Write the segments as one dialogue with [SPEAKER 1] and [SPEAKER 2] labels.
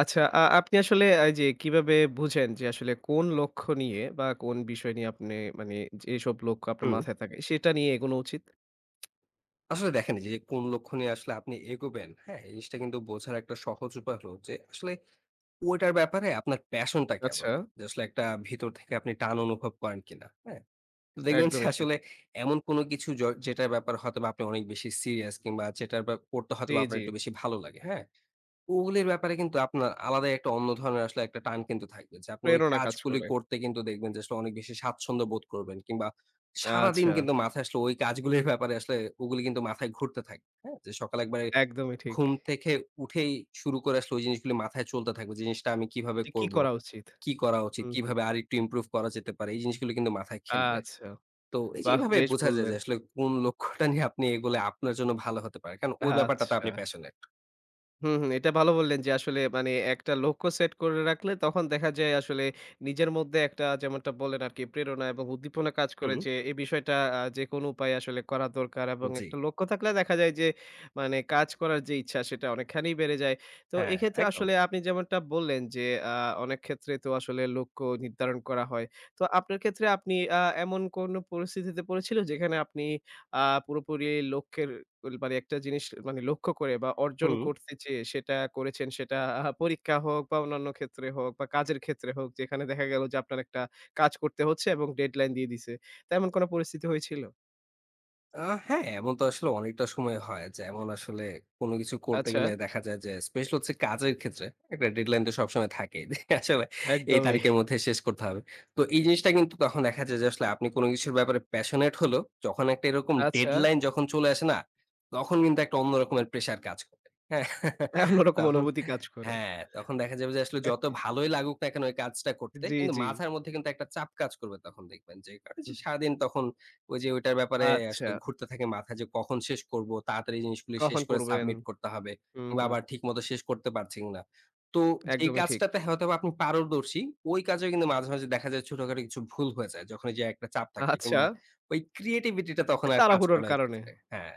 [SPEAKER 1] আচ্ছা, আপনি আসলে এই যে কিভাবে বুঝেন যে আসলে কোন লক্ষ্য নিয়ে বা কোন বিষয় নিয়ে আপনি মানে যেসব লক্ষ্য আপনার
[SPEAKER 2] হুম।
[SPEAKER 1] মাথায় থাকে সেটা নিয়ে এগোনো উচিত?
[SPEAKER 2] আসলে দেখেন, এই যে কোন লক্ষ্য নিয়ে আসলে আপনি এগোবেন, হ্যাঁ? এই জিনিসটা কিন্তু বোঝার একটা সহজ উপায় হলো যে আসলে ওইটার ব্যাপারে আপনার প্যাশনটা কেমন?
[SPEAKER 1] আচ্ছা,
[SPEAKER 2] যে আসলে একটা ভিতর থেকে আপনি টান অনুভব করেন কিনা, হ্যাঁ? তো দেখবেন যে
[SPEAKER 1] একদমই ঠিক।
[SPEAKER 2] আসলে এমন কোনো কিছু যেটার ব্যাপারে হয়তোবা আপনি অনেক বেশি সিরিয়াস কিংবা যেটার ব্যাপ করতে
[SPEAKER 1] জি,
[SPEAKER 2] হয়তোবা আপনার
[SPEAKER 1] জি।
[SPEAKER 2] একটু বেশি ভালো লাগে, হ্যাঁ? ওগুলির ব্যাপারে কিন্তু আপনার আলাদাই একটা অন্য ধরনের আসলে একটা টান কিন্তু থাকবে। যে আপনি ওই
[SPEAKER 1] প্রেরণা কাজ
[SPEAKER 2] কাজগুলি
[SPEAKER 1] করে।
[SPEAKER 2] করতে কিন্তু দেখবেন যে আসলে অনেক বেশি স্বাচ্ছন্দ্য বোধ করবেন, কিংবা সারাদিন
[SPEAKER 1] আচ্ছা,
[SPEAKER 2] কিন্তু মাথায় আসলে ওই কাজগুলির ব্যাপারে আসলে ওগুলি কিন্তু মাথায় ঘুরতে থাকবে। হ্যাঁ? যে সকালে একবারে
[SPEAKER 1] একদমই ঠিক।
[SPEAKER 2] ঘুম থেকে উঠেই শুরু করে আসলে ওই জিনিসগুলি মাথায় চলতে থাকবে। জিনিসটা আমি কিভাবে
[SPEAKER 1] যে কি
[SPEAKER 2] করব?
[SPEAKER 1] করা উচিত?
[SPEAKER 2] কি করা উচিত?
[SPEAKER 1] হুম, হুম।
[SPEAKER 2] কিভাবে আরেকটু ইমপ্রুভ করা যেতে পারে? এই জিনিসগুলো কিন্তু মাথায় খেলবে।
[SPEAKER 1] আচ্ছা,
[SPEAKER 2] তো এই যে
[SPEAKER 1] বাহ!
[SPEAKER 2] এইভাবে
[SPEAKER 1] বেশ
[SPEAKER 2] বোঝা যায়
[SPEAKER 1] বললেন।
[SPEAKER 2] যে আসলে কোন লক্ষ্যটা নিয়ে আপনি এগোলে আপনার জন্য ভালো হতে পারে। কারণ ওই ব্যাপারটাতে
[SPEAKER 1] আচ্ছা।
[SPEAKER 2] আপনি প্যাশনেট।
[SPEAKER 1] হুম, হুম। এটা ভালো বললেন যে আসলে মানে একটা লক্ষ্য সেট করে রাখলে তখন দেখা যায় আসলে নিজের মধ্যে একটা যেমনটা বললেন আরকি প্রেরণা এবং উদ্দীপনা কাজ করে
[SPEAKER 2] হুম,
[SPEAKER 1] যে এই বিষয়টা যেকোনো উপায়ে আসলে করা দরকার এবং
[SPEAKER 2] জি।
[SPEAKER 1] একটা লক্ষ্য থাকলে দেখা যায় যে মানে কাজ করার যে ইচ্ছা সেটা অনেকখানি বেড়ে যায়। তো
[SPEAKER 2] হ্যাঁ,
[SPEAKER 1] এক্ষেত্রে
[SPEAKER 2] একদম।
[SPEAKER 1] আসলে আপনি যেমনটা বললেন যে আ অনেক ক্ষেত্রে তো আসলে লক্ষ্য নির্ধারণ করা হয়। তো আপনার ক্ষেত্রে আপনি এমন কোনো পরিস্থিতিতে পড়েছিল যেখানে আপনি পুরোপুরি লক্ষ্যের মানে একটা জিনিস মানে লক্ষ্য করে বা অর্জন
[SPEAKER 2] হুম।
[SPEAKER 1] করতে চেয়ে সেটা করেছেন সেটা পরীক্ষা হোক বা অন্যান্য ক্ষেত্রে হোক বা কাজের ক্ষেত্রে হোক যেখানে দেখা গেল যে আপনার একটা কাজ করতে হচ্ছে এবং ডেডলাইন দিয়ে দিছে। তো এমন কোনো পরিস্থিতি হয়েছিল?
[SPEAKER 2] আ হ্যাঁ, এমন তো আসলে অনেকটা সময় হয়। যেমন আসলে কোন কিছু করতে
[SPEAKER 1] আচ্ছা,
[SPEAKER 2] গেলে দেখা যায় যে স্পেশাল হচ্ছে কাজের ক্ষেত্রে একটা ডেডলাইন তো সবসময় থাকেই। যে আসলে এই
[SPEAKER 1] একদমই।
[SPEAKER 2] তারিখের মধ্যে শেষ করতে হবে। তো এই জিনিসটা কিন্তু তখন দেখা যায় যে আসলে আপনি কোন কিছুর ব্যাপারে প্যাশনেট হলেও যখন একটা এরকম
[SPEAKER 1] আচ্ছা,
[SPEAKER 2] ডেডলাইন যখন চলে আসে না, তখন কিন্তু একটা অন্য রকমের প্রেশার কাজ করে। হ্যাঁ?
[SPEAKER 1] অন্যরকম
[SPEAKER 2] তখন
[SPEAKER 1] অনুভূতি কাজ করে।
[SPEAKER 2] হ্যাঁ, তখন দেখা যাবে যে আসলে যত ভালোই লাগুক না কেন ওই কাজটা করতে
[SPEAKER 1] জি,
[SPEAKER 2] কিন্তু
[SPEAKER 1] জি।
[SPEAKER 2] মাথার মধ্যে কিন্তু একটা চাপ কাজ করবে, তখন দেখবেন যে কারণে সারাদিন তখন ওই যে ওইটার ব্যাপারে
[SPEAKER 1] আচ্ছা,
[SPEAKER 2] আসলে ঘুরতে থাকে মাথা যে কখন শেষ করব, তাড়াতাড়ি জিনিসগুলি শেষ
[SPEAKER 1] কখন
[SPEAKER 2] করে
[SPEAKER 1] করবেন?
[SPEAKER 2] সাবমিট করতে হবে।
[SPEAKER 1] হুম,
[SPEAKER 2] কিংবা
[SPEAKER 1] হুম।
[SPEAKER 2] আবার ঠিকমতো শেষ করতে পারছি না। তো যেই
[SPEAKER 1] একদমই ঠিক।
[SPEAKER 2] কাজটাতে হয়তোবা আপনি পারদর্শী, ওই কাজেও কিন্তু মাঝে, মাঝে দেখা যায় ছোটখাটো কিছু ভুল হয়ে যায়। যখন এই যে একটা চাপ থাকে
[SPEAKER 1] আচ্ছা,
[SPEAKER 2] কিংবা ওই ক্রিয়েটিভিটি টা তখন আর কাজ করে
[SPEAKER 1] তাড়াহুড়োর
[SPEAKER 2] না ওই
[SPEAKER 1] কারণে।
[SPEAKER 2] ক্ষেত্রে। হ্যাঁ।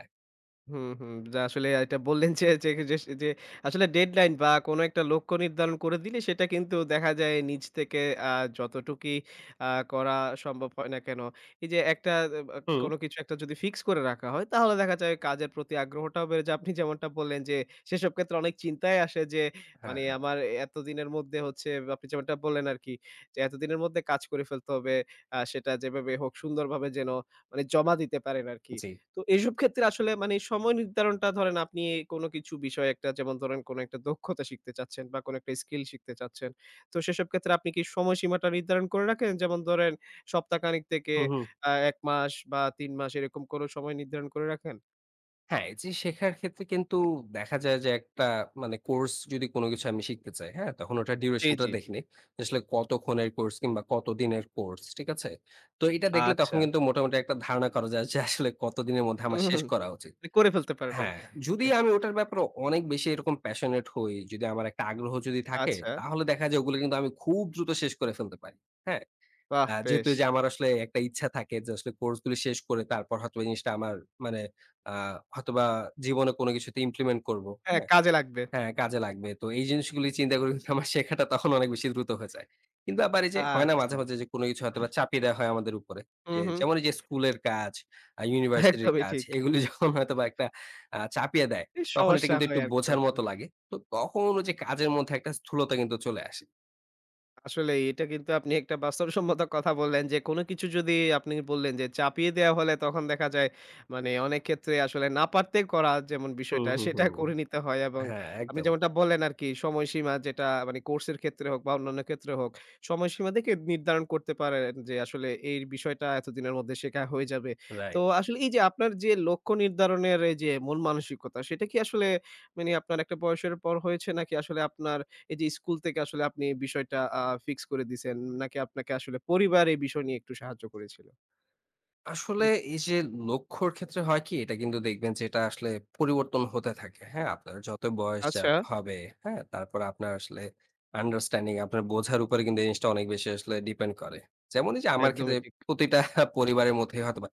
[SPEAKER 1] হুম, হুম। যা আসলে এটা বললেন যে, আসলে ডেডলাইন বা কোনো একটা লক্ষ্য নির্ধারণ করে দিলে সেটা কিন্তু দেখা যায় নিজ থেকে আ যতটুকুই আ করা সম্ভব হয় না কেন, এই যে, একটা
[SPEAKER 2] হুম।
[SPEAKER 1] কোনো কিছু একটা যদি ফিক্স করে রাখা হয় তাহলে দেখা যায় কাজের প্রতি আগ্রহটাও বেড়ে যায়। আপনি যেমনটা বললেন যে, সেসব ক্ষেত্রে অনেক চিন্তায় আসে যে, মানে
[SPEAKER 2] হ্যাঁ,
[SPEAKER 1] আমার এতদিনের মধ্যে হচ্ছে আপনি যেমনটা বললেন আরকি যে, এতদিনের মধ্যে কাজ করে ফেলতে হবে। সেটা যেভাবে হোক সুন্দরভাবে যেন মানে জমা দিতে পারেন আরকি।
[SPEAKER 2] জি।
[SPEAKER 1] তো এইসব ক্ষেত্রে আসলে মানে সময় নির্ধারণটা ধরেন আপনি কোনো কিছু বিষয় একটা যেমন ধরেন কোনো একটা দক্ষতা শিখতে চাচ্ছেন বা কোনো একটা স্কিল শিখতে চাচ্ছেন। তো সেসব ক্ষেত্রে আপনি কি সময়সীমাটা নির্ধারণ করে রাখেন? যেমন ধরেন সপ্তাহখানেক থেকে
[SPEAKER 2] হুম, হুম।
[SPEAKER 1] ১ মাস বা ৩ মাস এরকম কোনো সময় নির্ধারণ করে রাখেন?
[SPEAKER 2] হ্যাঁ, এই যে শেখার ক্ষেত্রে কিন্তু দেখা যায় যে একটা মানে কোর্স যদি কোনো কিছু আমি শিখতে চাই, হ্যাঁ? তখন ওটার
[SPEAKER 1] জি,
[SPEAKER 2] ডিউরেশন টা
[SPEAKER 1] জি।
[SPEAKER 2] দেখে নেই। আসলে কতক্ষণের কোর্স কিংবা কতদিনের কোর্স, ঠিক আছে? তো এটা দেখলে তখন
[SPEAKER 1] আচ্ছা।
[SPEAKER 2] কিন্তু মোটামুটি একটা ধারণা করা যায় যে আসলে কতদিনের মধ্যে
[SPEAKER 1] হুম,
[SPEAKER 2] আমার
[SPEAKER 1] হুম,
[SPEAKER 2] শেষ
[SPEAKER 1] হুম।
[SPEAKER 2] করা উচিত।
[SPEAKER 1] করে ফেলতে পারবেন।
[SPEAKER 2] হ্যাঁ, যদি আমি ওটার ব্যাপারে অনেক বেশি এরকম প্যাশনেট হই, যদি আমার একটা আগ্রহ যদি থাকে,
[SPEAKER 1] আচ্ছা।
[SPEAKER 2] তাহলে দেখা যায় ওগুলো কিন্তু আমি খুব দ্রুত শেষ করে ফেলতে পারি। হ্যাঁ?
[SPEAKER 1] বাহ!
[SPEAKER 2] যেহেতু
[SPEAKER 1] বেশ।
[SPEAKER 2] এই যে আমার আসলে একটা ইচ্ছা থাকে যে আসলে কোর্স গুলো শেষ করে তারপর হয়তো এই জিনিসটা আমার মানে আ হয়তোবা জীবনে কোনো কিছুতে ইমপ্লিমেন্ট করব।
[SPEAKER 1] হ্যাঁ,
[SPEAKER 2] হ্যাঁ?
[SPEAKER 1] কাজে লাগবে।
[SPEAKER 2] হ্যাঁ, কাজে লাগবে। তো এই জিনিসগুলি চিন্তা করে কিন্তু আমার শেখাটা তখন অনেক বেশি দ্রুত হয়ে যায়। কিন্তু আবার এই যে হয় না মাঝে,
[SPEAKER 1] আচ্ছা।
[SPEAKER 2] মাঝে যে কোনো কিছু হয়তোবা চাপিয়ে দেওয়া হয় আমাদের উপরে।
[SPEAKER 1] হুম,
[SPEAKER 2] যে
[SPEAKER 1] হুম।
[SPEAKER 2] যেমন এই যে স্কুলের কাজ, ইউনিভার্সিটির
[SPEAKER 1] একদমই
[SPEAKER 2] কাজ
[SPEAKER 1] ঠিক।
[SPEAKER 2] এগুলি যখন হয়তোবা একটা চাপিয়ে দেয়,
[SPEAKER 1] এই
[SPEAKER 2] তখন এটা
[SPEAKER 1] সমস্যা
[SPEAKER 2] কিন্তু
[SPEAKER 1] হয়
[SPEAKER 2] একটু
[SPEAKER 1] আরকি
[SPEAKER 2] বোঝার
[SPEAKER 1] তখন।
[SPEAKER 2] মতো লাগে। তো তখন ওই যে কাজের মধ্যে একটা স্থূলতা কিন্তু চলে আসে।
[SPEAKER 1] আসলে এটা কিন্তু আপনি একটা বাস্তবসম্মত কথা বললেন যে কোনো কিছু যদি আপনি বললেন যে চাপিয়ে দেওয়া হলে তখন দেখা যায় মানে অনেক ক্ষেত্রে আসলে না পারতে করা যেমন
[SPEAKER 2] হুম,
[SPEAKER 1] বিষয়টা
[SPEAKER 2] হুম,
[SPEAKER 1] সেটা
[SPEAKER 2] হুম।
[SPEAKER 1] করে নিতে হয় এবং
[SPEAKER 2] হ্যাঁ,
[SPEAKER 1] আপনি
[SPEAKER 2] একদম।
[SPEAKER 1] যেমনটা বললেন আর কি সময়সীমা যেটা মানে কোর্সের ক্ষেত্রে হোক বা অন্যান্য ক্ষেত্রে হোক সময়সীমা দেখে নির্ধারণ করতে পারেন যে আসলে এই বিষয়টা এতদিনের মধ্যে শেখা হয়ে যাবে। তো
[SPEAKER 2] রাইট।
[SPEAKER 1] আসলে এই যে আপনার যে লক্ষ্য নির্ধারণের এই যে মন মানসিকতা সেটা কি আসলে মানে আপনার একটা বয়সের পর হয়েছে নাকি আসলে আপনার এই যে স্কুল থেকে আসলে আপনি বিষয়টা ফিক্স করে দিছেন নাকি আপনাকে আসলে পরিবার এই বিষয় নিয়ে একটু সাহায্য করেছিল?
[SPEAKER 2] আসলে এই যে লক্ষ্যর ক্ষেত্রে হয় কি, এটা কিন্তু দেখবেন যে এটা আসলে পরিবর্তন হতে থাকে। হ্যাঁ? আপনার যত বয়স
[SPEAKER 1] আচ্ছা,
[SPEAKER 2] হবে, হ্যাঁ? তারপরে আপনার আসলে আন্ডারস্ট্যান্ডিং, আপনার বোঝার উপরে কিন্তু এই জিনিসটা অনেক বেশি আসলে ডিপেন্ড করে। যেমন এই যে আমার
[SPEAKER 1] একদমই
[SPEAKER 2] ক্ষেত্রে
[SPEAKER 1] ঠিক।
[SPEAKER 2] প্রতিটা পরিবারের মধ্যেই হয়তোবা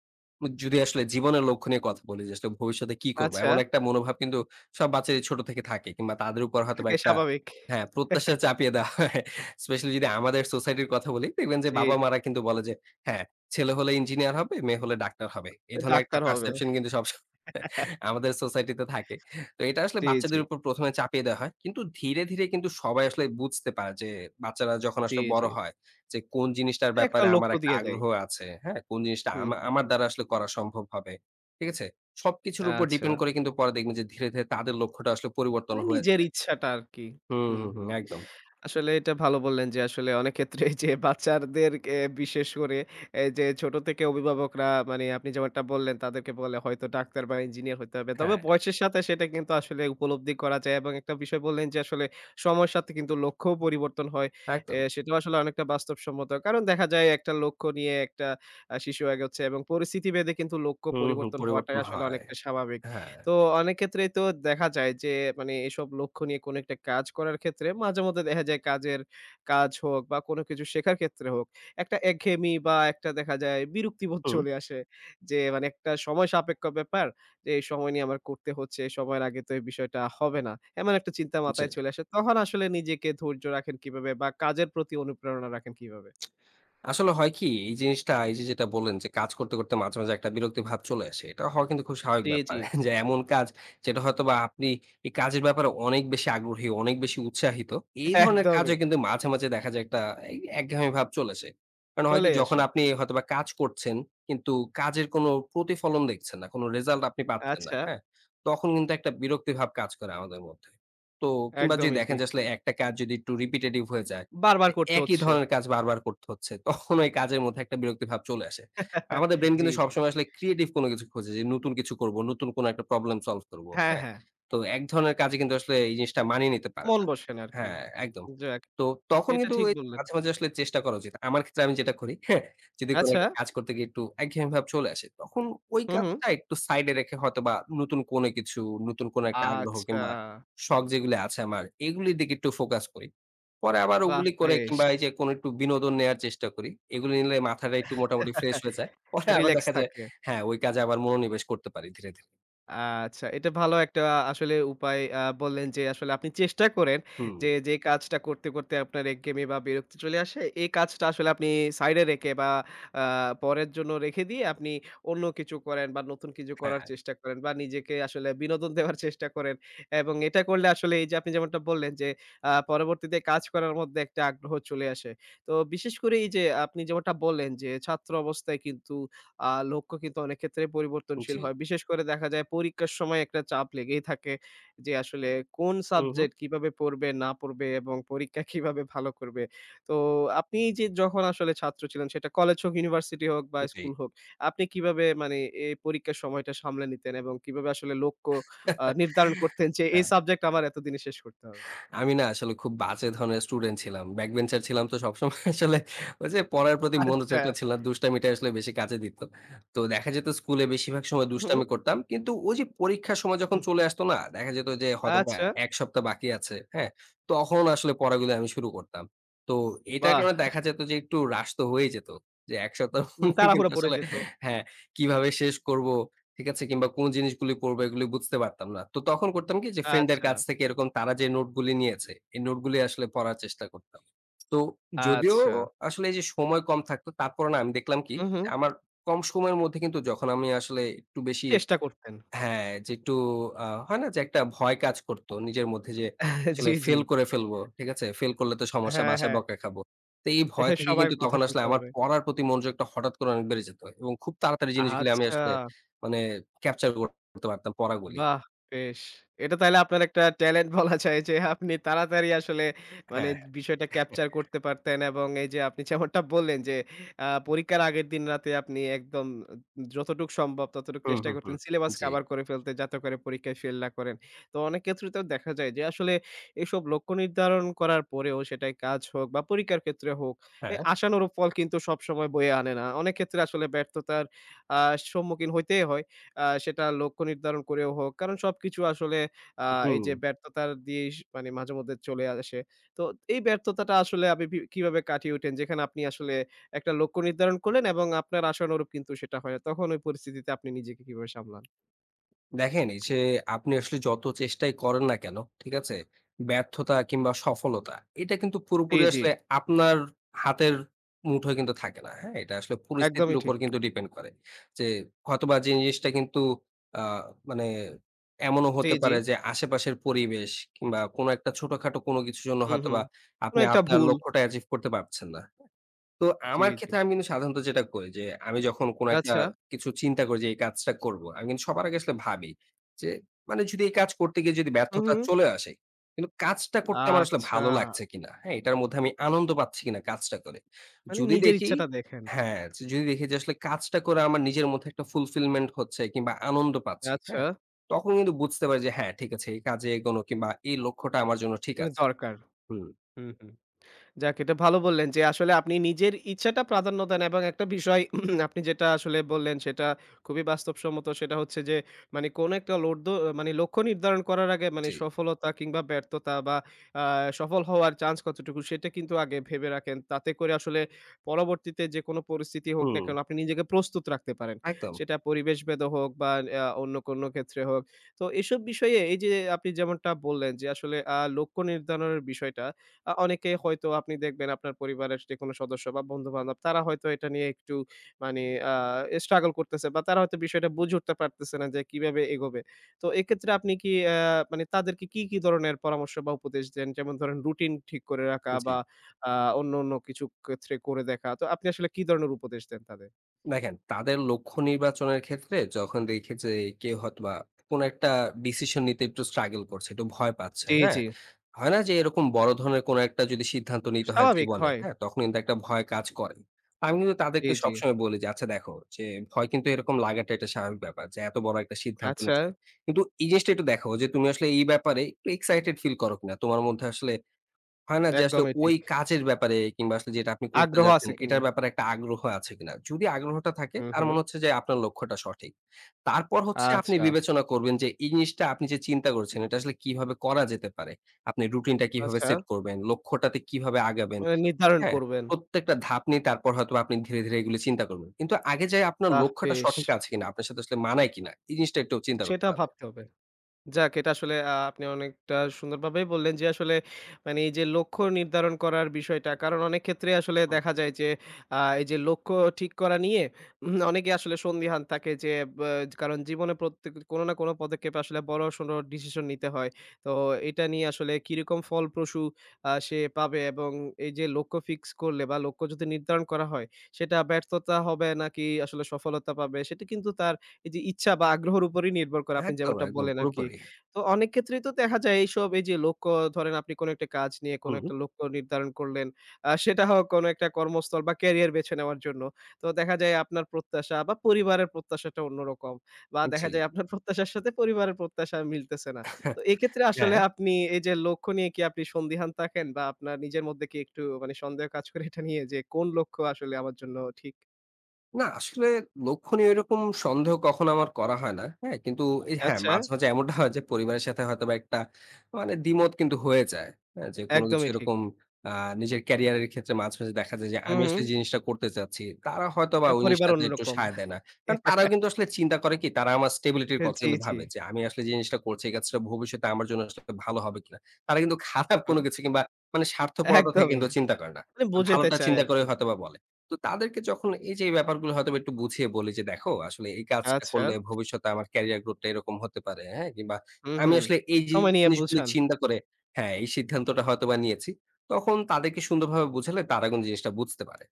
[SPEAKER 2] যদি আসলে জীবনের লক্ষ্য নিয়ে কথা বলি যে আসলে ভবিষ্যতে কি করব?
[SPEAKER 1] আচ্ছা,
[SPEAKER 2] এমন একটা মনোভাব কিন্তু সব বাচ্চারই ছোট থেকে থাকে, কিংবা তাদের উপর হয়তোবা
[SPEAKER 1] থাকে
[SPEAKER 2] একটা
[SPEAKER 1] স্বাভাবিক।
[SPEAKER 2] হ্যাঁ, প্রত্যাশা চাপিয়ে দেওয়া হয়। স্পেশালি যদি আমাদের সোসাইটির কথা বলি দেখবেন যে
[SPEAKER 1] জি,
[SPEAKER 2] বাবা-মারা কিন্তু বলে যে, "হ্যাঁ ছেলে হলে ইঞ্জিনিয়ার হবে, মেয়ে হলে ডাক্তার হবে।" এই ধরনের একটা
[SPEAKER 1] ডাক্তার হবে।
[SPEAKER 2] পারসেপশন কিন্তু সবসময় আমাদের সোসাইটিতে থাকে। তো এটা আসলে
[SPEAKER 1] জি, জি,
[SPEAKER 2] বাচ্চাদের উপর ১ম এ চাপিয়ে দেওয়া হয়। কিন্তু ধীরে, ধীরে কিন্তু সবাই আসলে বুঝতে পারে যে বাচ্চারা যখন
[SPEAKER 1] জি,
[SPEAKER 2] আসলে
[SPEAKER 1] জি।
[SPEAKER 2] বড় হয় যে কোন জিনিসটার
[SPEAKER 1] একটা
[SPEAKER 2] ব্যাপারে আমার
[SPEAKER 1] লক্ষ্য
[SPEAKER 2] একটা
[SPEAKER 1] দিয়ে দেয়।
[SPEAKER 2] আগ্রহ আছে, হ্যাঁ? কোন জিনিসটা
[SPEAKER 1] হুম, হুম।
[SPEAKER 2] আমার দ্বারা আসলে করা সম্ভব হবে। ঠিক আছে? সবকিছুর উপর
[SPEAKER 1] আচ্ছা।
[SPEAKER 2] ডিপেন্ড করে, কিন্তু পরে দেখবেন যে ধীরে, ধীরে তাদের লক্ষ্যটা আসলে পরিবর্তন
[SPEAKER 1] মানে
[SPEAKER 2] হয়ে
[SPEAKER 1] নিজের
[SPEAKER 2] যায়।
[SPEAKER 1] ইচ্ছাটা আরকি।
[SPEAKER 2] হুম,
[SPEAKER 1] হুম,
[SPEAKER 2] হুম, হুম।
[SPEAKER 1] হুম।
[SPEAKER 2] একদম।
[SPEAKER 1] আসলে এটা ভালো বললেন যে আসলে অনেক ক্ষেত্রে এই যে বাচ্চাদেরকে বিশেষ করে এই যে ছোট থেকে অভিভাবকরা মানে আপনি যেমনটা বললেন তাদেরকে বলে হয়তো ডাক্তার বা ইঞ্জিনিয়ার হইতে হবে। তবে
[SPEAKER 2] হ্যাঁ,
[SPEAKER 1] বয়সের সাথে সেটা কিন্তু আসলে উপলব্ধি করা যায় এবং একটা বিষয় বললেন যে আসলে সময়ের সাথে কিন্তু লক্ষ্যও পরিবর্তন হয়।
[SPEAKER 2] একদম।
[SPEAKER 1] সেটাও আসলে অনেকটা বাস্তবসম্মত। কারণ দেখা যায় একটা লক্ষ্য নিয়ে একটা শিশু এগোচ্ছে এবং পরিস্থিতি ভেদে কিন্তু লক্ষ্য
[SPEAKER 2] হুম, হুম।
[SPEAKER 1] পরিবর্তন হওয়াটাই
[SPEAKER 2] পরিবর্তন
[SPEAKER 1] আসলে
[SPEAKER 2] হয়।
[SPEAKER 1] অনেকটা স্বাভাবিক।
[SPEAKER 2] হ্যাঁ।
[SPEAKER 1] তো অনেক ক্ষেত্রেই তো দেখা যায় যে মানে এসব লক্ষ্য নিয়ে কোনো একটা কাজ করার ক্ষেত্রে মাঝেমধ্যে দেখা যায় কাজ হোক বা কোনো কিছু শেখার ক্ষেত্রে হোক, একটা একঘেয়েমি বা একটা দেখা যায় বিরক্তিবোধ
[SPEAKER 2] হুম,
[SPEAKER 1] চলে আসে। যে মানে একটা সময় সাপেক্ষ ব্যাপার যে এই সময় নিয়ে আমার করতে হচ্ছে, এই সময়ের আগে তো এই বিষয়টা হবে না। এমন একটা চিন্তা
[SPEAKER 2] জি।
[SPEAKER 1] মাথায় চলে আসে। তখন আসলে নিজেকে ধৈর্য রাখেন কিভাবে বা কাজের প্রতি অনুপ্রেরণা রাখেন কিভাবে?
[SPEAKER 2] আসলে হয় কি, এই জিনিসটা এই যে যেটা বললেন যে কাজ করতে করতে মাঝে মাঝে একটা বিরক্তি ভাব চলে আসে, এটা হওয়া কিন্তু খুব স্বাভাবিক
[SPEAKER 1] জি, জি।
[SPEAKER 2] ব্যাপার। যে এমন কাজ যেটা হয়তো বা আপনি এই কাজের ব্যাপারে অনেক বেশি আগ্রহী অনেক বেশি উৎসাহিত, এই ধরনের
[SPEAKER 1] একদমই।
[SPEAKER 2] কাজে কিন্তু মাঝে মাঝে দেখা যায় একটা একঘেয়েমি ভাব চলে আসে। কারণ হয় কি,
[SPEAKER 1] চলেই
[SPEAKER 2] যখন
[SPEAKER 1] আসে।
[SPEAKER 2] আপনি হয়তো বা কাজ করছেন কিন্তু কাজের কোনো প্রতিফলন দেখছেন না, কোনো রেজাল্ট আপনি পাচ্ছেন না,
[SPEAKER 1] আচ্ছা,
[SPEAKER 2] হ্যাঁ? তখন কিন্তু একটা বিরক্তি ভাব কাজ করে আমাদের মধ্যে। তো কিংবা যদি
[SPEAKER 1] একদমই
[SPEAKER 2] দেখেন
[SPEAKER 1] ঠিক।
[SPEAKER 2] যে আসলে একটা কাজ যদি একটু রিপিটেটিভ হয়ে যায়,
[SPEAKER 1] বারবার
[SPEAKER 2] যে
[SPEAKER 1] করতে
[SPEAKER 2] একই
[SPEAKER 1] হচ্ছে।
[SPEAKER 2] ধরনের কাজ বারবার করতে হচ্ছে। তখন ওই কাজের মধ্যে একটা বিরক্তি ভাব চলে আসে। আমাদের ব্রেইন
[SPEAKER 1] জি,
[SPEAKER 2] কিন্তু
[SPEAKER 1] জি।
[SPEAKER 2] সবসময় আসলে ক্রিয়েটিভ কোনো কিছু খোঁজে, যে নতুন কিছু করব, নতুন কোনো একটা প্রবলেম সলভ করব।
[SPEAKER 1] হ্যাঁ,
[SPEAKER 2] হ্যাঁ?
[SPEAKER 1] হ্যাঁ।
[SPEAKER 2] তো এক ধরনের কাজে কিন্তু আসলে এই জিনিসটা মানিয়ে নিতে পারে
[SPEAKER 1] মন
[SPEAKER 2] না।
[SPEAKER 1] বসে না আরকি।
[SPEAKER 2] হ্যাঁ, একদম।
[SPEAKER 1] যাক,
[SPEAKER 2] তো তখন
[SPEAKER 1] এটা
[SPEAKER 2] কিন্তু
[SPEAKER 1] ঠিক
[SPEAKER 2] ওই
[SPEAKER 1] বললেন।
[SPEAKER 2] মাঝে, মাঝে আসলে চেষ্টা করা উচিত। আমার ক্ষেত্রে আমি যেটা করি, হ্যাঁ, যদি কোনো
[SPEAKER 1] আচ্ছা।
[SPEAKER 2] একটা কাজ করতে গিয়ে একটু একঘেয়েমি ভাব চলে আসে, তখন ওই
[SPEAKER 1] হু, হু।
[SPEAKER 2] কাজটা একটু সাইডে রেখে হয়তোবা নতুন কোনো কিছু, নতুন কোনো একটা আগ্রহ
[SPEAKER 1] আচ্ছা,
[SPEAKER 2] কিংবা শখ যেগুলো আছে আমার, এগুলির দিকে একটু ফোকাস করি। পরে আবার
[SPEAKER 1] বাহ!
[SPEAKER 2] ওগুলি করে
[SPEAKER 1] বেশ।
[SPEAKER 2] কিংবা এই যে কোনো একটু বিনোদন নেয়ার চেষ্টা করি। এগুলো নিলে মাথাটা একটু মোটামুটি ফ্রেশ হয়ে যায়। পরে আবার
[SPEAKER 1] রিল্যাক্স
[SPEAKER 2] দেখা যায়
[SPEAKER 1] থাকে।
[SPEAKER 2] হ্যাঁ, ওই কাজে আবার মনোনিবেশ করতে পারি ধীরে, ধীরে।
[SPEAKER 1] আচ্ছা, এটা ভালো একটা আসলে উপায় বললেন যে আসলে আপনি চেষ্টা করেন
[SPEAKER 2] হুম।
[SPEAKER 1] যে কাজটা করতে, করতে আপনার একঘেয়েমি বা বিরক্তি চলে আসে, এই কাজটা আসলে আপনি সাইডে রেখে বা আ পরের জন্য রেখে দিয়ে আপনি অন্য কিছু করেন বা নতুন কিছু
[SPEAKER 2] হ্যাঁ,
[SPEAKER 1] করার
[SPEAKER 2] হ্যাঁ।
[SPEAKER 1] চেষ্টা করেন বা নিজেকে আসলে বিনোদন দেওয়ার চেষ্টা করেন এবং এটা করলে আসলে এই যে আপনি যেমনটা বললেন যে পরবর্তীতে কাজ করার মধ্যে একটা আগ্রহ চলে আসে। তো বিশেষ করে এই যে আপনি যেমনটা বললেন যে ছাত্র অবস্থায় কিন্তু আ লক্ষ্য কিন্তু অনেক ক্ষেত্রেই পরিবর্তনশীল
[SPEAKER 2] জি।
[SPEAKER 1] হয়। বিশেষ করে দেখা যায় পরীক্ষার সময় একটা চাপ লেগেই থাকে যে আসলে কোন
[SPEAKER 2] হু, হু।
[SPEAKER 1] সাবজেক্ট কিভাবে পড়বে, না পড়বে এবং পরীক্ষা কিভাবে ভালো করবে। তো আপনি যখন আসলে ছাত্র ছিলেন সেটা কলেজ হোক, ইউনিভার্সিটি হোক বা
[SPEAKER 2] জি।
[SPEAKER 1] স্কুল হোক, আপনি কিভাবে মানে এই পরীক্ষার সময়টা সামলে নিতেন এবং কিভাবে আসলে লক্ষ্য নির্ধারণ করতেন যে এই
[SPEAKER 2] হ্যাঁ।
[SPEAKER 1] সাবজেক্ট আমার এতদিনে শেষ করতে হবে?
[SPEAKER 2] আমি না আসলে খুব বাজে ধরনের স্টুডেন্ট ছিলাম। ব্যাক বেঞ্চার ছিলাম তো সবসময়। আসলে ওই যে পড়ার প্রতি
[SPEAKER 1] আচ্ছা।
[SPEAKER 2] মনোযোগটা ছিল না। দুষ্টামিটা আসলে বেশি কাজে দিত। তো দেখা যেত স্কুলে বেশিরভাগ সময়
[SPEAKER 1] হুম, হুম।
[SPEAKER 2] দুষ্টামি করতাম। কিন্তু ওই যে পরীক্ষার সময় যখন চলে আসতো না, দেখা যেত যে হয়তোবা
[SPEAKER 1] আচ্ছা,
[SPEAKER 2] ১ সপ্তাহ বাকি আছে, হ্যাঁ? তখন আসলে পড়াগুলো আমি শুরু করতাম। তো এটার
[SPEAKER 1] বাহ!
[SPEAKER 2] কারণে দেখা যেত যে একটু হ্রাস তো হয়েই যেত। যে ১ সপ্তাহ
[SPEAKER 1] তাড়াহুড়া
[SPEAKER 2] কিন্তু
[SPEAKER 1] পড়ে
[SPEAKER 2] আসলে
[SPEAKER 1] যেত।
[SPEAKER 2] হ্যাঁ, কিভাবে শেষ করব? ঠিক আছে? কিংবা কোন জিনিসগুলি পড়বো এগুলি বুঝতে পারতাম না। তো তখন করতাম কি, যে ফ্রেন্ডের
[SPEAKER 1] আচ্ছা,
[SPEAKER 2] কাছ থেকে এরকম তারা যে নোটগুলি নিয়েছে, এই নোটগুলি আসলে পড়ার চেষ্টা করতাম। তো যদিও
[SPEAKER 1] আচ্ছা।
[SPEAKER 2] আসলে এই যে সময় কম থাকতো তারপরে না আমি দেখলাম কি
[SPEAKER 1] হু, হু।
[SPEAKER 2] যে আমার কম সময়ের মধ্যে কিন্তু যখন আমি আসলে একটু বেশি
[SPEAKER 1] চেষ্টা করতেন।
[SPEAKER 2] হ্যাঁ, যে একটু হয় না যে একটা ভয় কাজ করত নিজের মধ্যে যে আসলে
[SPEAKER 1] জি, জি।
[SPEAKER 2] ফেল করে ফেলবো। ঠিক আছে? ফেল করলে তো সমস্যা,
[SPEAKER 1] হ্যাঁ,
[SPEAKER 2] বাসায়
[SPEAKER 1] হ্যাঁ।
[SPEAKER 2] বকা খাবো। তো এই ভয় থেকে
[SPEAKER 1] সবার
[SPEAKER 2] কিন্তু
[SPEAKER 1] কথা
[SPEAKER 2] তখন আসলে
[SPEAKER 1] শুনতে
[SPEAKER 2] আমার
[SPEAKER 1] হবে।
[SPEAKER 2] পড়ার প্রতি মনোযোগটা হঠাৎ করে অনেক বেড়ে যেত এবং খুব তাড়াতাড়ি জিনিসগুলো আমি
[SPEAKER 1] আচ্ছা।
[SPEAKER 2] আসলে মানে ক্যাপচার করতে পারতাম পড়াগুলি।
[SPEAKER 1] বাহ! বেশ। এটা তাইলে আপনার একটা ট্যালেন্ট বলা যায় যে আপনি তাড়াতাড়ি আসলে মানে
[SPEAKER 2] হ্যাঁ, হ্যাঁ।
[SPEAKER 1] বিষয়টা ক্যাপচার করতে পারতেন এবং এই যে আপনি যেমনটা বললেন যে পরীক্ষার আগের দিন রাতে আপনি একদম যতটুক সম্ভব ততটুক
[SPEAKER 2] হুম,
[SPEAKER 1] চেষ্টা
[SPEAKER 2] হুম,
[SPEAKER 1] করতেন
[SPEAKER 2] হুম।
[SPEAKER 1] সিলেবাস
[SPEAKER 2] জি।
[SPEAKER 1] কভার করে ফেলতে যাতে করে পরীক্ষায় ফেল না করেন। তো অনেক ক্ষেত্রে তো দেখা যায় যে আসলে এসব লক্ষ্য নির্ধারণ করার পরেও সেটাই কাজ হোক বা পরীক্ষার ক্ষেত্রে হোক,
[SPEAKER 2] হ্যাঁ,
[SPEAKER 1] আশানুরূপ ফল কিন্তু সবসময় বয়ে আনে না। অনেক ক্ষেত্রে আসলে ব্যর্থতার আ সম্মুখীন হইতেই হয়। সেটা লক্ষ্য নির্ধারণ করেও হোক। কারণ সবকিছু আসলে আ এই
[SPEAKER 2] হুম।
[SPEAKER 1] যে ব্যর্থতার দিয়েই মানে মাঝেমধ্যে চলে আসে। তো এই ব্যর্থতাটা আসলে আপনি কিভাবে কাটিয়ে উঠেন? যেখানে আপনি আসলে একটা লক্ষ্য নির্ধারণ করলেন এবং আপনার আশানুরূপ কিন্তু সেটা হয় না। তখন ওই পরিস্থিতিতে আপনি নিজেকে কিভাবে সামলান?
[SPEAKER 2] দেখেন, এই যে আপনি আসলে যত চেষ্টাই করেন না কেন, ঠিক আছে, ব্যর্থতা কিংবা সফলতা, এটা কিন্তু
[SPEAKER 1] জি,
[SPEAKER 2] পুরোপুরি
[SPEAKER 1] জি।
[SPEAKER 2] আসলে আপনার হাতের মুঠোয় কিন্তু থাকে না, হ্যাঁ? এটা আসলে পরিস্থিতির
[SPEAKER 1] একদমই
[SPEAKER 2] উপর
[SPEAKER 1] ঠিক।
[SPEAKER 2] কিন্তু ডিপেন্ড করে যে হয়তোবা যে জিনিসটা কিন্তু আহ মানে এমনও
[SPEAKER 1] জি,
[SPEAKER 2] হতে
[SPEAKER 1] জি।
[SPEAKER 2] পারে যে আশেপাশের পরিবেশ কিংবা কোনো একটা ছোটখাটো কোনো কিছুর জন্য
[SPEAKER 1] হুম, হুম।
[SPEAKER 2] হয়তোবা
[SPEAKER 1] কোনো
[SPEAKER 2] আপনি
[SPEAKER 1] একটা
[SPEAKER 2] আপনার
[SPEAKER 1] ভুল।
[SPEAKER 2] লক্ষ্যটা অ্যাচিভ করতে পারছেন না। তো
[SPEAKER 1] জি,
[SPEAKER 2] আমার
[SPEAKER 1] জি।
[SPEAKER 2] ক্ষেত্রে আমি কিন্তু সাধারণত যেটা করি যে, আমি যখন কোন একটা
[SPEAKER 1] আচ্ছা।
[SPEAKER 2] কিছু চিন্তা করি যে এই কাজটা করব, আমি কিন্তু সবার আগে আসলে ভাবি যে মানে যদি এই কাজ করতে গিয়ে যদি
[SPEAKER 1] হুম,
[SPEAKER 2] ব্যর্থতা
[SPEAKER 1] হুম।
[SPEAKER 2] চলে আসে, কিন্তু কাজটা করতে আমার আসলে
[SPEAKER 1] আচ্ছা।
[SPEAKER 2] ভালো লাগছে কিনা, হ্যাঁ? এটার মধ্যে আমি আনন্দ পাচ্ছি কিনা কাজটা করে।
[SPEAKER 1] মানে
[SPEAKER 2] যদি
[SPEAKER 1] নিজের
[SPEAKER 2] দেখি
[SPEAKER 1] ইচ্ছাটা দেখেন।
[SPEAKER 2] হ্যাঁ, যে যদি দেখি যে আসলে কাজটা করে আমার নিজের মধ্যে একটা fulfillment হচ্ছে কিংবা আনন্দ পাচ্ছি,
[SPEAKER 1] আচ্ছা।
[SPEAKER 2] হ্যাঁ? তখন কিন্তু বুঝতে পারি যে হ্যাঁ, ঠিক আছে, এই কাজে এগোনো কিংবা এই লক্ষ্যটা আমার জন্য ঠিক
[SPEAKER 1] মানে
[SPEAKER 2] আছে।
[SPEAKER 1] দরকার।
[SPEAKER 2] হুম,
[SPEAKER 1] হুম, হুম। যাক এটা ভালো বললেন যে আসলে আপনি নিজের ইচ্ছাটা প্রাধান্য দেন এবং একটা বিষয় আপনি যেটা আসলে বললেন সেটা খুবই বাস্তবসম্মত সেটা হচ্ছে যে মানে কোন একটা লোড মানে লক্ষ্য নির্ধারণ করার আগে মানে
[SPEAKER 2] জি।
[SPEAKER 1] সফলতা কিংবা ব্যর্থতা বা সফল হওয়ার চান্স কতটুকু সেটা কিন্তু আগে ভেবে রাখেন তাতে করে আসলে পরবর্তীতে যে কোনো পরিস্থিতি হোক না
[SPEAKER 2] হুম,
[SPEAKER 1] কেন আপনি নিজেকে প্রস্তুত রাখতে পারেন
[SPEAKER 2] একদম।
[SPEAKER 1] সেটা পরিবেশ ভেদ হোক বা অন্য কোনো ক্ষেত্রে হোক তো এসব বিষয়ে এই যে আপনি যেমনটা বললেন যে আসলে লক্ষ্য নির্ধারণের বিষয়টা অনেকে হয়তো আপনি দেখবেন আপনার পরিবারের যেকোনো সদস্য বা বন্ধু-বান্ধব তারা হয়তো এটা নিয়ে একটু মানে আ struggle করতেছে বা তারা হয়তো বিষয়টা বুঝে উঠতে পারতেছে না যে কিভাবে এগোবে। তো এক্ষেত্রে আপনি কি মানে তাদেরকে কি ধরনের পরামর্শ বা উপদেশ দেন? যেমন ধরেন রুটিন ঠিক করে রাখা
[SPEAKER 2] জি।
[SPEAKER 1] বা আ অন্য কিছু ক্ষেত্রে করে দেখা। তো আপনি আসলে কি ধরনের উপদেশ দেন তাদের?
[SPEAKER 2] দেখেন, তাদের লক্ষ্য নির্বাচনের ক্ষেত্রে যখন দেখি যে কেউ হয়তোবা কোন একটা ডিসিশন নিতে একটু স্ট্রাগল করছে, একটু ভয় পাচ্ছে,
[SPEAKER 1] জি,
[SPEAKER 2] হ্যাঁ?
[SPEAKER 1] জি।
[SPEAKER 2] হয় না যে এরকম বড় ধরনের কোন একটা যদি সিদ্ধান্ত নিতে হয়
[SPEAKER 1] স্বাভাবিক
[SPEAKER 2] জীবনে,
[SPEAKER 1] হয়।
[SPEAKER 2] হ্যাঁ? তখন কিন্তু একটা ভয় কাজ করে। আমি কিন্তু
[SPEAKER 1] জি,
[SPEAKER 2] তাদেরকে
[SPEAKER 1] জি।
[SPEAKER 2] সবসময় বলি যে, "আচ্ছা দেখো যে ভয় কিন্তু এরকম লাগাটা এটা স্বাভাবিক ব্যাপার যে এত বড় একটা সিদ্ধান্ত
[SPEAKER 1] আচ্ছা,
[SPEAKER 2] নিচ্ছ। কিন্তু এই জিনিসটা একটু দেখো যে তুমি আসলে এই ব্যাপারে একটু এক্সাইটেড ফিল করো কিনা? তোমার মধ্যে আসলে হয় না যে আসলে
[SPEAKER 1] একদমই
[SPEAKER 2] ওই
[SPEAKER 1] ঠিক।
[SPEAKER 2] কাজের ব্যাপারে, কিংবা আসলে যেটা আপনি করতে
[SPEAKER 1] আগ্রহ
[SPEAKER 2] যাচ্ছেন
[SPEAKER 1] আছে কিনা?
[SPEAKER 2] এটার ব্যাপারে একটা আগ্রহ আছে কিনা? যদি আগ্রহটা থাকে
[SPEAKER 1] হুম,
[SPEAKER 2] তার
[SPEAKER 1] হুম।
[SPEAKER 2] মনে হচ্ছে যে আপনার লক্ষ্যটা সঠিক। তারপর হচ্ছে, আপনি
[SPEAKER 1] আচ্ছা,
[SPEAKER 2] বিবেচনা করবেন যে এই জিনিসটা আপনি যে চিন্তা করছেন এটা আসলে কিভাবে করা যেতে পারে। আপনি রুটিনটা কিভাবে
[SPEAKER 1] আচ্ছা।
[SPEAKER 2] সেট করবেন, লক্ষ্যটাতে কিভাবে আগাবেন,
[SPEAKER 1] মানে নির্ধারণ
[SPEAKER 2] হ্যাঁ?
[SPEAKER 1] করবেন।
[SPEAKER 2] প্রত্যেকটা ধাপ নিয়ে তারপর হয়তোবা আপনি ধীরে, ধীরে এগুলো চিন্তা করবেন। কিন্তু আগে যেয়ে আপনার
[SPEAKER 1] বাহ!
[SPEAKER 2] লক্ষ্যটা
[SPEAKER 1] বেশ!
[SPEAKER 2] সঠিক আছে কিনা, আপনার সাথে আসলে মানায় কিনা, এই জিনিসটা একটু চিন্তা
[SPEAKER 1] সেটা
[SPEAKER 2] করতে হবে।
[SPEAKER 1] ভাবতে হবে। যাক এটা আসলে আপনি অনেকটা সুন্দরভাবেই বললেন যে আসলে মানে এই যে লক্ষ্য নির্ধারণ করার বিষয়টা। কারণ অনেক ক্ষেত্রে আসলে দেখা
[SPEAKER 2] হুম।
[SPEAKER 1] যায় যে এই যে লক্ষ্য ঠিক করা নিয়ে অনেকে আসলে সন্দিহান থাকে যে ব্যা কারণ জীবনে প্রত্যেক কোনো না কোনো পদক্ষেপে আসলে বড়সড় ডিসিশন নিতে হয়। তো এটা নিয়ে আসলে কিরকম ফলপ্রসূ সে পাবে এবং এই যে লক্ষ্য ফিক্স করলে বা লক্ষ্য যদি নির্ধারণ করা হয় সেটা ব্যর্থতা হবে নাকি আসলে সফলতা পাবে সেটা কিন্তু তার এই যে ইচ্ছা বা আগ্রহের উপরেই নির্ভর করে আপনি
[SPEAKER 2] একদম,
[SPEAKER 1] যেমনটা
[SPEAKER 2] একদম
[SPEAKER 1] বললেন আরকি।
[SPEAKER 2] পুরোপুরি।
[SPEAKER 1] তো অনেক ক্ষেত্রেই তো দেখা যায় এইসব এই যে লক্ষ্য ধরেন আপনি কোনো একটা কাজ নিয়ে কোনো
[SPEAKER 2] হুম,
[SPEAKER 1] একটা লক্ষ্য নির্ধারণ করলেন। সেটা হোক কোনো একটা কর্মস্থল বা ক্যারিয়ার বেছে নেওয়ার জন্য। তো দেখা যায় আপনার প্রত্যাশা বা পরিবারের প্রত্যাশাটা অন্যরকম। বা দেখা
[SPEAKER 2] জি।
[SPEAKER 1] যায় আপনার প্রত্যাশার সাথে পরিবারের প্রত্যাশা মিলতেছে না। তো এক্ষেত্রে আসলে
[SPEAKER 2] হ্যাঁ।
[SPEAKER 1] আপনি এই যে লক্ষ্য নিয়ে কি আপনি সন্দিহান থাকেন বা আপনার নিজের মধ্যে কি একটু মানে সন্দেহ কাজ করে এটা নিয়ে যে কোন লক্ষ্য আসলে আমার জন্য ঠিক?
[SPEAKER 2] না আসলে লক্ষণীয় এরকম সন্দেহ কখনো আমার করা হয় না। হ্যাঁ? কিন্তু এই হ্যাঁ,
[SPEAKER 1] আচ্ছা,
[SPEAKER 2] মাঝে, মাঝে এমনটা হয় যে পরিবারের সাথে হয়তোবা একটা মানে দ্বিমত কিন্তু হয়ে যায়। হ্যাঁ? যে কোনো কিছু
[SPEAKER 1] একদমই ঠিক।
[SPEAKER 2] এরকম আ নিজের ক্যারিয়ার এর ক্ষেত্রে মাঝে, মাঝে দেখা যায় যে
[SPEAKER 1] হুম,
[SPEAKER 2] আমি
[SPEAKER 1] হুম।
[SPEAKER 2] আসলে জিনিসটা করতে চাচ্ছি। তারা হয়তোবা
[SPEAKER 1] এ
[SPEAKER 2] ওই
[SPEAKER 1] পরিবার
[SPEAKER 2] জিনিসটাতে একটু
[SPEAKER 1] অন্যরকম।
[SPEAKER 2] সায় দেয় না। কারণ তারাও কিন্তু আসলে চিন্তা করে কি, তারা আমার স্টেবিলিটির কথা
[SPEAKER 1] জি,
[SPEAKER 2] কিন্তু
[SPEAKER 1] জি।
[SPEAKER 2] ভাবে যে আমি আসলে যে জিনিসটা করছি এই কাজটা ভবিষ্যতে আমার জন্য আসলে ভালো হবে কিনা। তারা কিন্তু খারাপ
[SPEAKER 1] হুম।
[SPEAKER 2] কোনো কিছু কিংবা মানে স্বার্থপরতা থেকে
[SPEAKER 1] একদমই।
[SPEAKER 2] কিন্তু চিন্তা করে না।
[SPEAKER 1] মানে বোঝাতে
[SPEAKER 2] ভালোটা
[SPEAKER 1] চায়
[SPEAKER 2] চিন্তা করে
[SPEAKER 1] আরকি।
[SPEAKER 2] হয়তোবা বলে। তো তাদেরকে যখন এই যে এই ব্যাপারগুলো হয়তোবা একটু বুঝিয়ে বলি যে, "দেখো আসলে এই কাজটা
[SPEAKER 1] আচ্ছা।
[SPEAKER 2] করলে ভবিষ্যতে আমার ক্যারিয়ার গ্রোথটা এরকম হতে পারে, হ্যাঁ? কিংবা
[SPEAKER 1] হুম,
[SPEAKER 2] আমি
[SPEAKER 1] হুম।
[SPEAKER 2] আসলে এই
[SPEAKER 1] সময় নিয়ে
[SPEAKER 2] জিনিসগুলো
[SPEAKER 1] বুঝান।
[SPEAKER 2] চিন্তা করে হ্যাঁ, এই সিদ্ধান্তটা হয়তোবা নিয়েছি।" তখন তাদেরকে সুন্দরভাবে বুঝালে তারা কিন্তু জিনিসটা বুঝতে পারে।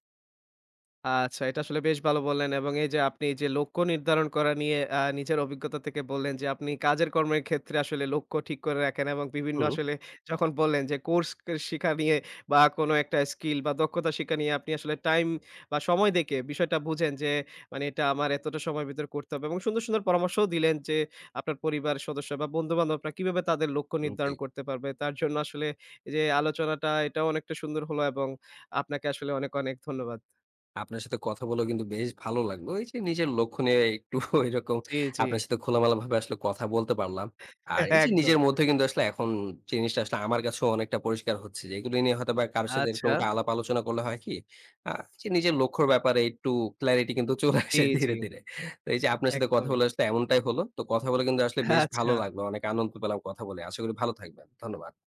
[SPEAKER 1] আচ্ছা, এটা আসলে বেশ ভালো বললেন এবং এই যে আপনি যে লক্ষ্য নির্ধারণ করা নিয়ে নিজের অভিজ্ঞতা থেকে বললেন যে আপনি কাজের কর্মের ক্ষেত্রে আসলে লক্ষ্য ঠিক করে রাখেন এবং বিভিন্ন
[SPEAKER 2] হুম,
[SPEAKER 1] আসলে যখন বললেন যে কোর্স শিখা নিয়ে বা কোনো একটা স্কিল বা দক্ষতা শিখা নিয়ে আপনি আসলে টাইম বা সময় দেখে বিষয়টা বুঝেন যে মানে এটা আমার এতটা সময়ের ভিতরে করতে হবে এবং সুন্দর, সুন্দর পরামর্শও দিলেন যে আপনার পরিবার সদস্য বা বন্ধু-বান্ধবরা কিভাবে তাদের লক্ষ্য
[SPEAKER 2] হুম, জি।
[SPEAKER 1] নির্ধারণ করতে পারবে। তার জন্য আসলে এই যে আলোচনাটা এটাও অনেকটা সুন্দর হলো এবং আপনাকে আসলে অনেক, অনেক ধন্যবাদ।
[SPEAKER 2] আপনার সাথে কথা বলেও কিন্তু বেশ ভালো লাগলো। এই যে নিজের লক্ষ্য নিয়ে একটু এরকম
[SPEAKER 1] জি, জি।
[SPEAKER 2] আপনার সাথে খোলামেলাভাবে আসলে কথা বলতে পারলাম। আর এই যে
[SPEAKER 1] একদম।
[SPEAKER 2] নিজের মধ্যে কিন্তু আসলে এখন জিনিসটা আসলে আমার কাছেও অনেকটা পরিষ্কার হচ্ছে যে এগুলো নিয়ে হয়তোবা কারো সাথে
[SPEAKER 1] আচ্ছা।
[SPEAKER 2] এরকমটা আলাপ আলোচনা করলে হয় কি? আ যে নিজের লক্ষ্যর ব্যাপারে একটু ক্লারিটি কিন্তু চলে
[SPEAKER 1] জি,
[SPEAKER 2] আসে
[SPEAKER 1] জি।
[SPEAKER 2] ধীরে, ধীরে। তো এই যে আপনার সাথে কথা
[SPEAKER 1] একদমই।
[SPEAKER 2] বলে আসলে এমনটাই হলো। তো কথা বলে কিন্তু আসলে বেশ ভালো
[SPEAKER 1] আচ্ছা।
[SPEAKER 2] লাগলো। অনেক আনন্দ পেলাম কথা বলে। আশা করি ভালো থাকবেন। ধন্যবাদ।